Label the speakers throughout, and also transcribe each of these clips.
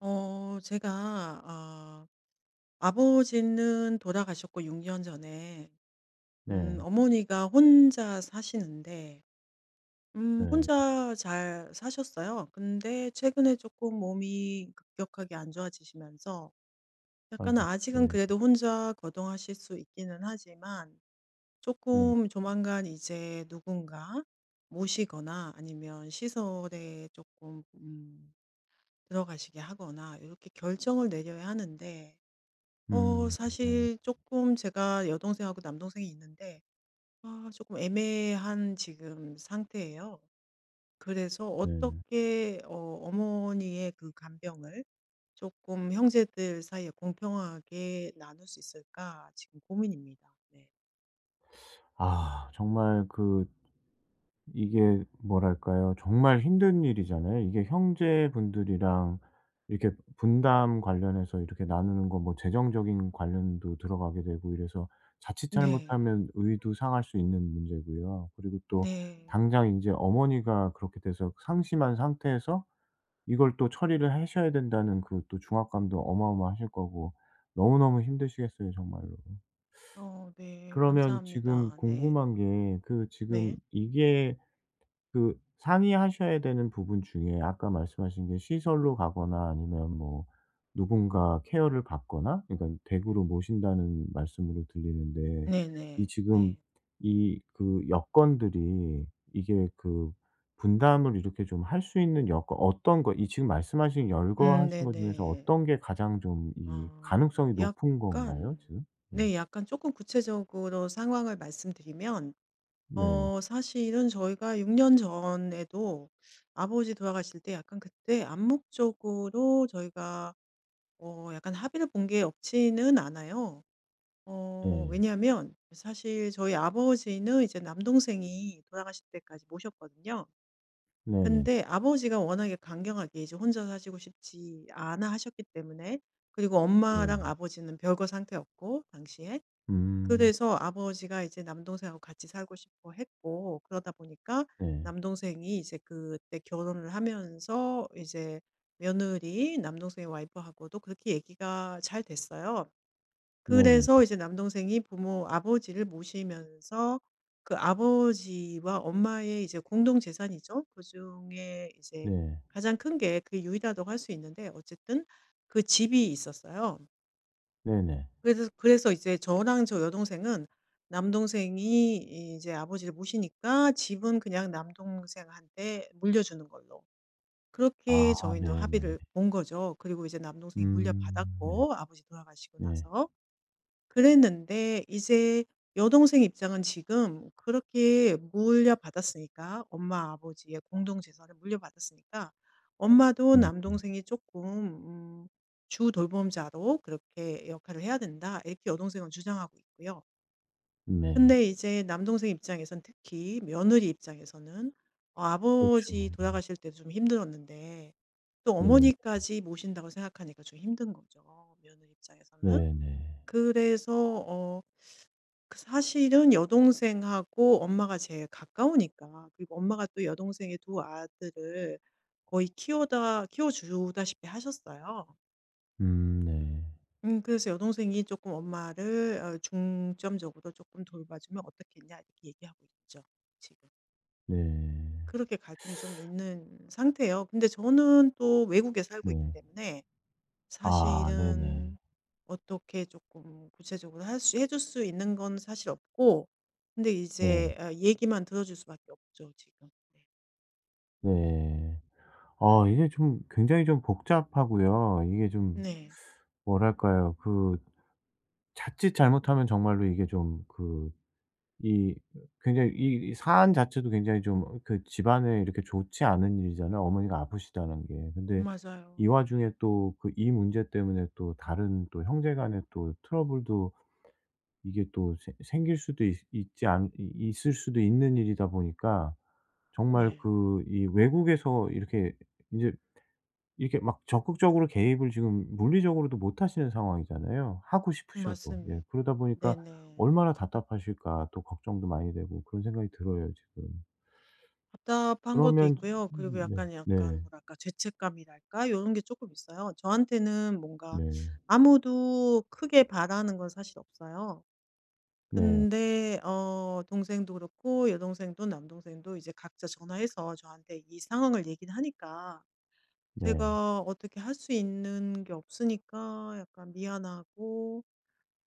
Speaker 1: 어 제가 아 아버지는 돌아가셨고 6년 전에.
Speaker 2: 네.
Speaker 1: 어머니가 혼자 사시는데,
Speaker 2: 네.
Speaker 1: 혼자 잘 사셨어요. 근데 최근에 조금 몸이 급격하게 안 좋아지시면서 약간은
Speaker 2: 아이고.
Speaker 1: 아직은
Speaker 2: 네.
Speaker 1: 그래도 혼자 거동하실 수 있기는 하지만
Speaker 2: 네.
Speaker 1: 조금 조만간 이제 누군가 모시거나 아니면 시설에 조금 들어가시게 하거나 이렇게 결정을 내려야 하는데,
Speaker 2: 음. 네.
Speaker 1: 사실 조금 제가 여동생하고 남동생이 있는데 아금 애매한 지금 상태예요. 그래서
Speaker 2: 네.
Speaker 1: 어떻게 어머니의 그 간병을 조금 형제들 사이에 공평하게 나눌 수 있을까 지금 고민입니다. 네.
Speaker 2: 아 정말 그 이게 뭐랄까요? 정말 힘든 일이잖아요. 이게 형제분들이랑 이렇게 분담 관련해서 이렇게 나누는 거 뭐 재정적인 관련도 들어가게 되고 이래서 자칫
Speaker 1: 네.
Speaker 2: 잘못하면 의도 상할 수 있는 문제고요. 그리고 또
Speaker 1: 네.
Speaker 2: 당장 이제 어머니가 그렇게 돼서 상심한 상태에서 이걸 또 처리를 하셔야 된다는 그 또 중압감도 어마어마하실 거고 너무너무 힘드시겠어요 정말로.
Speaker 1: 네.
Speaker 2: 그러면 지금
Speaker 1: 감사합니다. 네.
Speaker 2: 궁금한 게 그 지금
Speaker 1: 네.
Speaker 2: 이게 그 상의하셔야 되는 부분 중에 아까 말씀하신 게 시설로 가거나 아니면 뭐 누군가 케어를 받거나 그러니까 댁으로 모신다는 말씀으로 들리는데 이
Speaker 1: 네네.
Speaker 2: 지금
Speaker 1: 네.
Speaker 2: 이 그 여건들이 이게 그 분담을 이렇게 좀 할 수 있는 여건 어떤 거 이 지금 말씀하신 열거하신 것 중에서
Speaker 1: 네네.
Speaker 2: 어떤 게 가장 좀 이 가능성이 높은 건가요
Speaker 1: 약간,
Speaker 2: 지금? 네.
Speaker 1: 네, 약간 조금 구체적으로 상황을 말씀드리면
Speaker 2: 네.
Speaker 1: 사실은 저희가 6년 전에도 아버지 돌아가실 때 약간 그때 암묵적으로 저희가 약간 합의를 본 게 없지는 않아요.
Speaker 2: 네.
Speaker 1: 왜냐하면 사실 저희 아버지는 이제 남동생이 돌아가실 때까지 모셨거든요.
Speaker 2: 네네.
Speaker 1: 근데 아버지가 워낙에 강경하게 이제 혼자 사시고 싶지 않아 하셨기 때문에, 그리고
Speaker 2: 네.
Speaker 1: 엄마랑 아버지는 별거 상태였고 당시에.
Speaker 2: 음.
Speaker 1: 그래서 아버지가 이제 남동생하고 같이 살고 싶어 했고, 그러다 보니까
Speaker 2: 네.
Speaker 1: 남동생이 이제 그때 결혼을 하면서 이제 며느리, 남동생의 와이프하고도 그렇게 얘기가 잘 됐어요.
Speaker 2: 네네.
Speaker 1: 그래서 이제 남동생이 부모 아버지를 모시면서 그 아버지와 엄마의 이제 공동 재산이죠. 그중에 이제
Speaker 2: 네.
Speaker 1: 가장 큰 게, 그게 유일하다고 할 수 있는데, 어쨌든 그 집이 있었어요.
Speaker 2: 네네.
Speaker 1: 그래서 이제 저랑 저 여동생은 남동생이 이제 아버지를 모시니까 집은 그냥 남동생한테 물려주는 걸로. 그렇게
Speaker 2: 아
Speaker 1: 저희는
Speaker 2: 네네.
Speaker 1: 합의를 본 거죠. 그리고 이제 남동생이
Speaker 2: 네.
Speaker 1: 물려받았고 아버지 돌아가시고
Speaker 2: 네.
Speaker 1: 나서. 그랬는데 이제 여동생 입장은 지금 그렇게 물려받았으니까, 엄마 아버지의 공동 재산을 물려받았으니까 엄마도
Speaker 2: 음
Speaker 1: 남동생이 조금 주 돌봄자로 그렇게 역할을 해야 된다. 이렇게 여동생은 주장하고 있고요.
Speaker 2: 네.
Speaker 1: 근데 이제 남동생 입장에선, 특히 며느리 입장에서는 아버지
Speaker 2: 그렇죠. 예.
Speaker 1: 돌아가실 때도 좀 힘들었는데 또
Speaker 2: 네.
Speaker 1: 어머니까지 모신다고 생각하니까 좀 힘든 거죠. 며느리 입장에서는.
Speaker 2: 네네.
Speaker 1: 그래서 어, 사실은 여동생하고 엄마가 제일 가까우니까, 그리고 엄마가 또 여동생의 두 아들을 거의 키워다 키워주다시피 하셨어요.
Speaker 2: 네.
Speaker 1: 그래서 여동생이 조금 엄마를 중점적으로 조금 돌봐주면 어떻겠냐 이렇게 얘기하고 있죠 지금.
Speaker 2: 네.
Speaker 1: 그렇게 갈등이 좀 있는 상태예요. 근데 저는 또 외국에 살고 있기
Speaker 2: 네.
Speaker 1: 때문에
Speaker 2: 아 네네.
Speaker 1: 사실은 어떻게 조금 구체적으로 할 수 해줄 수 있는 건 사실 없고, 근데
Speaker 2: 네.
Speaker 1: 이제 얘기만 들어 줄 수밖에 없죠 지금. 네.
Speaker 2: 네. 아 이게 좀 굉장히 좀 복잡하고요. 이게 좀
Speaker 1: 네.
Speaker 2: 뭐랄까요. 그 자칫 잘못하면 정말로 이게 좀그 이 굉장히 이 사안 자체도 굉장히 좀 그 집안에 이렇게 좋지 않은 일이잖아요, 어머니가 아프시다는 게. 근데 이
Speaker 1: 맞아요.
Speaker 2: 와중에
Speaker 1: 네.
Speaker 2: 또 그 이 문제 때문에 또 다른 또 형제 간의 또 트러블도 이게 또 생 생길 수도 있 있지 않 이 있을 수도 있는 일이다 보니까 정말
Speaker 1: 네.
Speaker 2: 그 이 외국에서 이렇게 인제 이렇게 막 적극적으로 개입을 지금 물리적으로도 못 하시는 상황이잖아요, 하고 싶으셔도. 예.
Speaker 1: 맞습니다.
Speaker 2: 그러다 보니까
Speaker 1: 네네.
Speaker 2: 얼마나 답답하실까 또 걱정도 많이 되고 그런 생각이 들어요 지금.
Speaker 1: 답답한 것도
Speaker 2: 그러면
Speaker 1: 있고요. 그리고
Speaker 2: 네.
Speaker 1: 약간
Speaker 2: 네.
Speaker 1: 뭐랄까, 죄책감이랄까 이런 게 조금 있어요. 저한테는 뭔가
Speaker 2: 네.
Speaker 1: 아무도 크게 바라는 건 사실 없어요.
Speaker 2: 네.
Speaker 1: 근데 동생도 그렇고 여동생도 남동생도 이제 각자 전화해서 저한테 이 상황을 얘기를 하니까,
Speaker 2: 네.
Speaker 1: 제가 어떻게 할 수 있는 게 없으니까 약간 미안하고,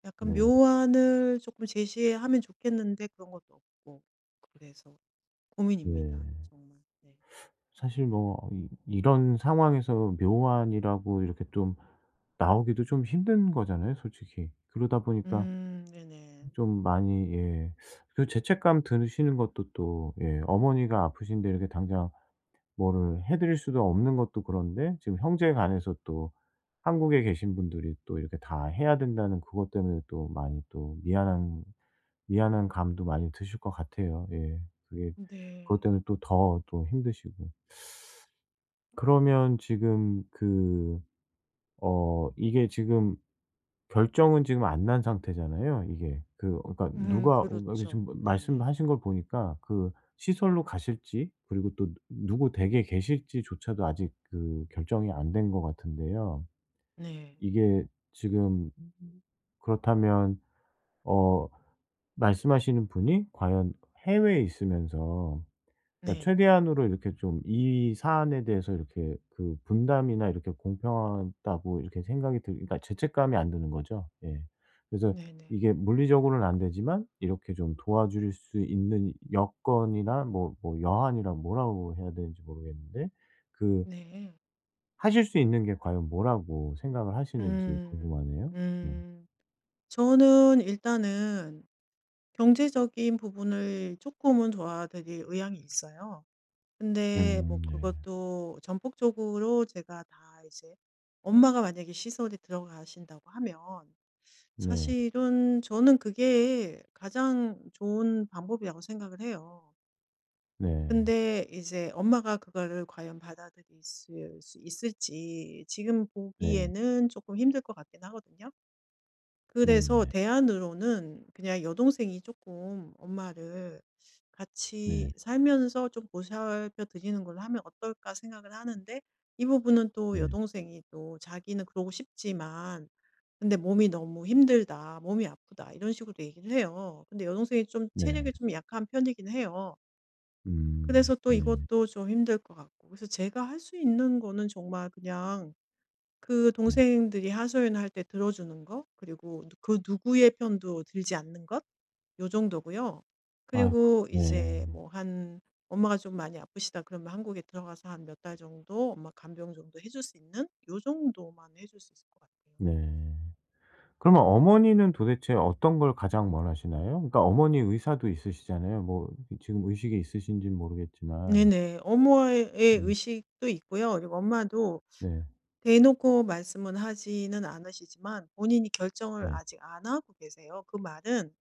Speaker 1: 약간
Speaker 2: 네.
Speaker 1: 묘안을 조금 제시하면 좋겠는데 그런 것도 없고, 그래서 고민입니다.
Speaker 2: 네.
Speaker 1: 정말. 네.
Speaker 2: 사실 뭐 이 이런 상황에서 묘안이라고 이렇게 좀 나오기도 좀 힘든 거잖아요 솔직히. 그러다 보니까
Speaker 1: 네네.
Speaker 2: 좀 많이 예. 그 죄책감 드시는 것도 또 예 어머니가 아프신데 이렇게 당장 뭐를 해 드릴 수도 없는 것도 그런데 지금 형제에 관해서 또 한국에 계신 분들이 또 이렇게 다 해야 된다는 그것 때문에 또 많이 또 미안한 감도 많이 드실 것 같아요. 예. 그게 그것
Speaker 1: 네.
Speaker 2: 때문에 또 더 또 힘드시고. 그러면 지금 그 어 이게 지금 결정은 지금 안 난 상태잖아요 이게. 그 그러니까 누가 어 이게
Speaker 1: 그렇죠.
Speaker 2: 지금
Speaker 1: 네네.
Speaker 2: 말씀하신 걸 보니까 그 시설로 가실지 그리고 또 누구 댁에 계실지조차도 아직 그 결정이 안 된 것 같은데요.
Speaker 1: 네.
Speaker 2: 이게 지금 그렇다면 어 말씀하시는 분이 과연 해외에 있으면서 그러니까
Speaker 1: 네.
Speaker 2: 최대한으로 이렇게 좀 이 사안에 대해서 이렇게 그 분담이나 이렇게 공평하다고 이렇게 생각이 들 그러니까 죄책감이 안 드는 거죠. 예. 그래서
Speaker 1: 네네.
Speaker 2: 이게 물리적으로는 안 되지만 이렇게 좀 도와줄 수 있는 여건이나 뭐 뭐 여한이라 뭐라고 해야 되는지 모르겠는데 그
Speaker 1: 네.
Speaker 2: 하실 수 있는 게 과연 뭐라고 생각을 하시는지
Speaker 1: 음.
Speaker 2: 궁금하네요. 네.
Speaker 1: 음. 저는 일단은 경제적인 부분을 조금은 도와드릴 의향이 있어요. 근데 뭐
Speaker 2: 네.
Speaker 1: 그것도 전폭적으로 제가 다 이제. 엄마가 만약에 시설에 들어가신다고 하면
Speaker 2: 네.
Speaker 1: 사실은 저는 그게 가장 좋은 방법이라고 생각을 해요.
Speaker 2: 네.
Speaker 1: 근데 이제 엄마가 그거를 과연 받아들이실 수수 있을지 지금
Speaker 2: 네.
Speaker 1: 보기에는 조금 힘들 것 같긴 하거든요. 그래서
Speaker 2: 네네.
Speaker 1: 대안으로는 그냥 여동생이 조금 엄마를 같이
Speaker 2: 네.
Speaker 1: 살면서 좀 보살펴 드리는 걸로 하면 어떨까 생각을 하는데, 이 부분은 또
Speaker 2: 네.
Speaker 1: 여동생이 또 자기는 그러고 싶지만 근데 "몸이 너무 힘들다. 몸이 아프다." 이런 식으로 얘기를 해요. 근데 여동생이 좀
Speaker 2: 네.
Speaker 1: 체력이 좀 약한 편이긴 해요.
Speaker 2: 음.
Speaker 1: 그래서 또
Speaker 2: 네.
Speaker 1: 이것도 좀 힘들 것 같고. 그래서 제가 할 수 있는 거는 정말 그냥 그
Speaker 2: 네.
Speaker 1: 동생들이 하소연할 때 들어주는 거, 그리고 그 누구의 편도 들지 않는 것, 요 정도고요.
Speaker 2: 아이고
Speaker 1: 그리고
Speaker 2: 네.
Speaker 1: 이제 뭐 한 엄마가 좀 많이 아프시다 그러면 한국에 들어가서 한 몇 달 정도 엄마 간병 정도 해줄 수 있는 요 정도만 해줄 수 있을 것 같아요.
Speaker 2: 네. 그러면 어머니는 도대체 어떤 걸 가장 원하시나요? 그러니까 어머니 의사도 있으시잖아요. 뭐 지금 의식이 있으신지는 모르겠지만.
Speaker 1: 네네. 엄마의
Speaker 2: 음.
Speaker 1: 의식도 있고요. 그리고 엄마도
Speaker 2: 네.
Speaker 1: 대놓고 말씀은 하지는 않으시지만 본인이 결정을
Speaker 2: 네.
Speaker 1: 아직 안 하고 계세요. 그 말은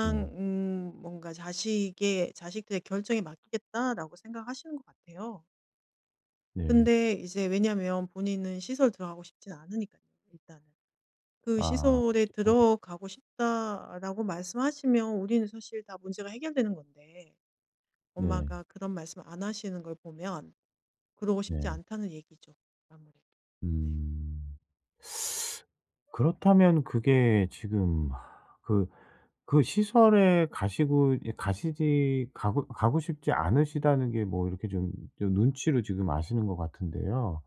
Speaker 2: 네.
Speaker 1: 뭔가 자식의 자식들의 결정에 맡기겠다라고 생각하시는 것 같아요.
Speaker 2: 네.
Speaker 1: 근데 이제 왜냐면 본인은 시설 들어가고 싶진 않으니까요 일단은. 그
Speaker 2: 아
Speaker 1: "시설에
Speaker 2: 시간
Speaker 1: 들어가고 싶다."라고 말씀하시면 우리는 사실 다 문제가 해결되는 건데
Speaker 2: 네.
Speaker 1: 엄마가 그런 말씀을 안 하시는 걸 보면 그러고 싶지
Speaker 2: 네.
Speaker 1: 않다는 얘기죠 아무래도. 네.
Speaker 2: 음. 그렇다면 그게 지금 그 그 시설에 가시고 이 가시지 가고 가고 싶지 않으시다는 게 뭐 이렇게 좀 좀 눈치로 지금 아시는 것 같은데요.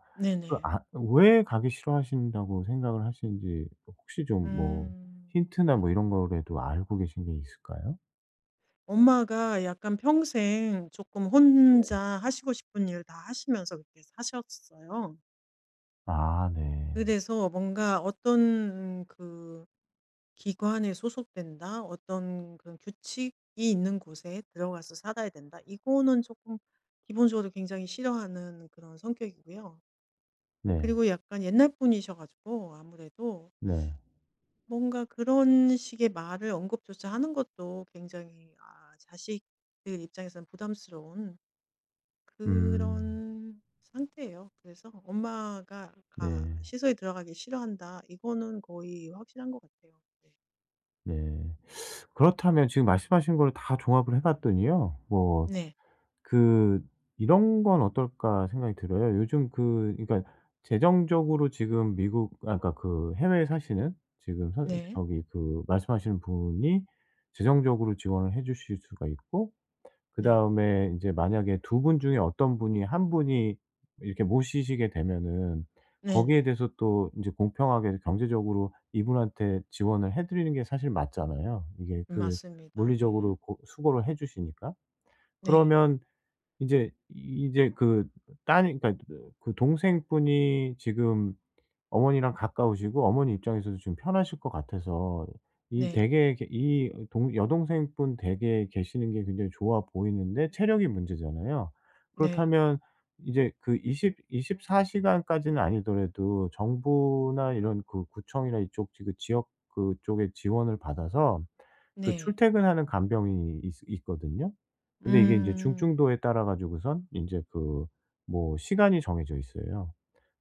Speaker 2: 그
Speaker 1: 네네.
Speaker 2: 아 왜 가기 싫어하신다고 생각을 하시는지 혹시 좀 뭐
Speaker 1: 음.
Speaker 2: 힌트나 뭐 이런 거라도 알고 계신 게 있을까요?
Speaker 1: 엄마가 약간 평생 조금 혼자
Speaker 2: 네.
Speaker 1: 하시고 싶은 일 다 하시면서 그렇게 사셨어요.
Speaker 2: 아 네.
Speaker 1: 그래서 뭔가 어떤 기관에 소속된다, 어떤 그런 규칙이 있는 곳에 들어가서 살아야 된다, 이거는 조금 기본적으로 굉장히 싫어하는 그런 성격이고요.
Speaker 2: 네.
Speaker 1: 그리고 약간 옛날 분이셔 가지고 아무래도
Speaker 2: 네.
Speaker 1: 뭔가 그런 식의 말을 언급조차 하는 것도 굉장히 자식들 입장에서는 부담스러운
Speaker 2: 음.
Speaker 1: 그런 상태예요. 그래서 엄마가 가
Speaker 2: 네.
Speaker 1: 시설에 들어가기 싫어한다. 이거는 거의 확실한 것 같아요.
Speaker 2: 네. 그렇다면 지금 말씀하신 걸 다 종합을 해 봤더니요. 뭐
Speaker 1: 네. 네.
Speaker 2: 그 '이런 건 어떨까.' 생각이 들어요. 요즘 그 그러니까 재정적으로 지금 미국 아 그러니까 그 해외에 사시는 지금 선
Speaker 1: 네.
Speaker 2: 저기 그 말씀하시는 분이 재정적으로 지원을 해 주실 수가 있고
Speaker 1: 네.
Speaker 2: 그다음에 인제 만약에 두 분 중에 어떤 분이 한 분이 이렇게 모시시게 되면은 거기에
Speaker 1: 네네.
Speaker 2: 대해서 또 인제 공평하게 경제적으로 이분한테 지원을 해 드리는 게 사실 맞잖아요. 이게 그
Speaker 1: 맞습니다. 네.
Speaker 2: 물리적으로 고 수고를 해 주시니까.
Speaker 1: 네.
Speaker 2: 그러면 이제 그 딸이 그러니까 그 동생분이 지금 어머니랑 가까우시고 어머니 입장에서도 지금 편하실 것 같아서 이
Speaker 1: 네.
Speaker 2: 댁에 계 이 동 여동생분 댁에 계시는 게 굉장히 좋아 보이는데 체력이 문제잖아요.
Speaker 1: 네.
Speaker 2: 그렇다면 이제 그2이십4 시간까지는 아니더라도 정부나 이런 그 구청이나 이쪽 지 그 지역 그쪽의 지원을 받아서 그
Speaker 1: 네.
Speaker 2: 출퇴근하는 간병인이 있 있거든요. 근데 이게 이제
Speaker 1: 음.
Speaker 2: 중증도에 따라 가지고선 이제 그 뭐 시간이 정해져 있어요.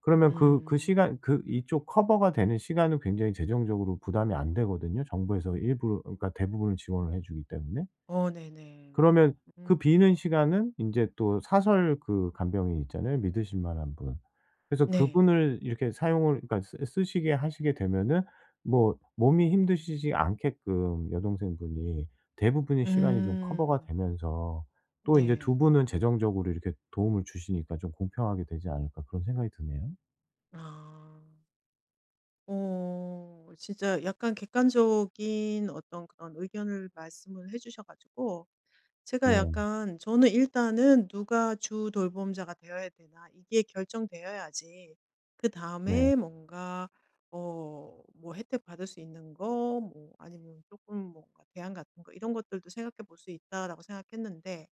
Speaker 2: 그러면 그 그
Speaker 1: 음.
Speaker 2: 시간 그 이쪽 커버가 되는 시간은 굉장히 재정적으로 부담이 안 되거든요 정부에서 일부러 그러니까 대부분을 지원을 해 주기 때문에.
Speaker 1: 어 네네.
Speaker 2: 그러면 그
Speaker 1: 음.
Speaker 2: 비는 시간은 인제 또 사설 그 간병인 있잖아요, 믿으실 만한 분. 그래서
Speaker 1: 네.
Speaker 2: 그분을 이렇게 사용을 그러니까 쓰 쓰시게 하시게 되면은 뭐 몸이 힘드시지 않게끔 여동생분이 대부분의 시간이 좀 커버가
Speaker 1: 음.
Speaker 2: 되면서 또 인제 두
Speaker 1: 네.
Speaker 2: 분은 재정적으로 이렇게 도움을 주시니까 좀 공평하게 되지 않을까 그런 생각이 드네요.
Speaker 1: 아. 어. 진짜 약간 객관적인 어떤 그런 의견을 말씀을 해 주셔 가지고 제가
Speaker 2: 네.
Speaker 1: 약간 저는 일단은 '누가 주 돌봄자가 되어야 되나.' 이게 결정되어야지
Speaker 2: 네.
Speaker 1: 그다음에 뭔가 뭐 혜택 받을 수 있는 거, 뭐 아니면 조금 뭔가 대안 같은 거, 이런 것들도 생각해 볼 수 있다라고 생각했는데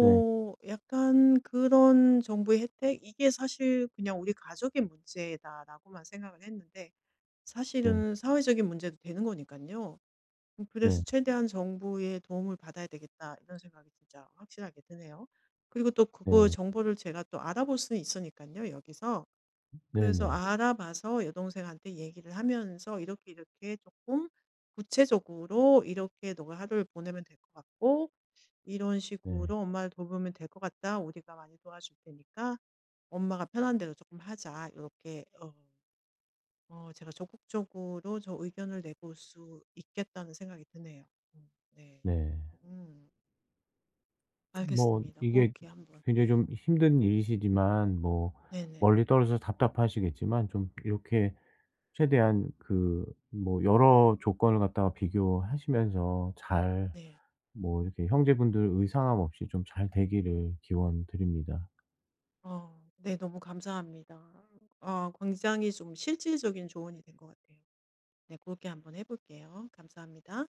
Speaker 2: 네.
Speaker 1: 약간 그런 정부의 혜택, 이게 사실 그냥 '우리 가족의 문제다.'라고만 생각을 했는데
Speaker 2: 네.
Speaker 1: 사실은 사회적인 문제도 되는 거니까요.
Speaker 2: 네.
Speaker 1: 그래서 '최대한 정부의 도움을 받아야 되겠다.' 이런 생각이 진짜 확실하게 드네요. 그리고 또 그거
Speaker 2: 네.
Speaker 1: 정보를 제가 또 알아볼 수는 있으니까요 여기서. 그래서
Speaker 2: 네네.
Speaker 1: 알아봐서 여동생한테 얘기를 하면서 "이렇게, 이렇게 조금 구체적으로 이렇게 너가 하루를 보내면 될 것 같고, 이런
Speaker 2: 네. 네.
Speaker 1: 식으로 엄마를 돌보면 될 것 같다. 우리가 많이 도와줄 테니까 엄마가 편한 대로 조금 하자." 이렇게 제가 적극적으로 저 의견을 내볼 수 있겠다는 생각이 드네요. 네.
Speaker 2: 네.
Speaker 1: 음.
Speaker 2: 뭐
Speaker 1: 알겠습니다.
Speaker 2: 이게
Speaker 1: 그렇게 한번
Speaker 2: 굉장히
Speaker 1: 네.
Speaker 2: 좀 힘든 일이시지만 뭐
Speaker 1: 네네.
Speaker 2: 멀리 떨어져서 답답하시겠지만 좀 이렇게 최대한 그 뭐 여러 조건을 갖다가 비교하시면서 잘
Speaker 1: 네.
Speaker 2: 뭐 이렇게 형제분들 의상함 없이 좀 잘 되기를 기원드립니다.
Speaker 1: 네 너무 감사합니다. 굉장히 좀 실질적인 조언이 된 것 같아요. 네. 렇게 한번 해 볼게요. 감사합니다.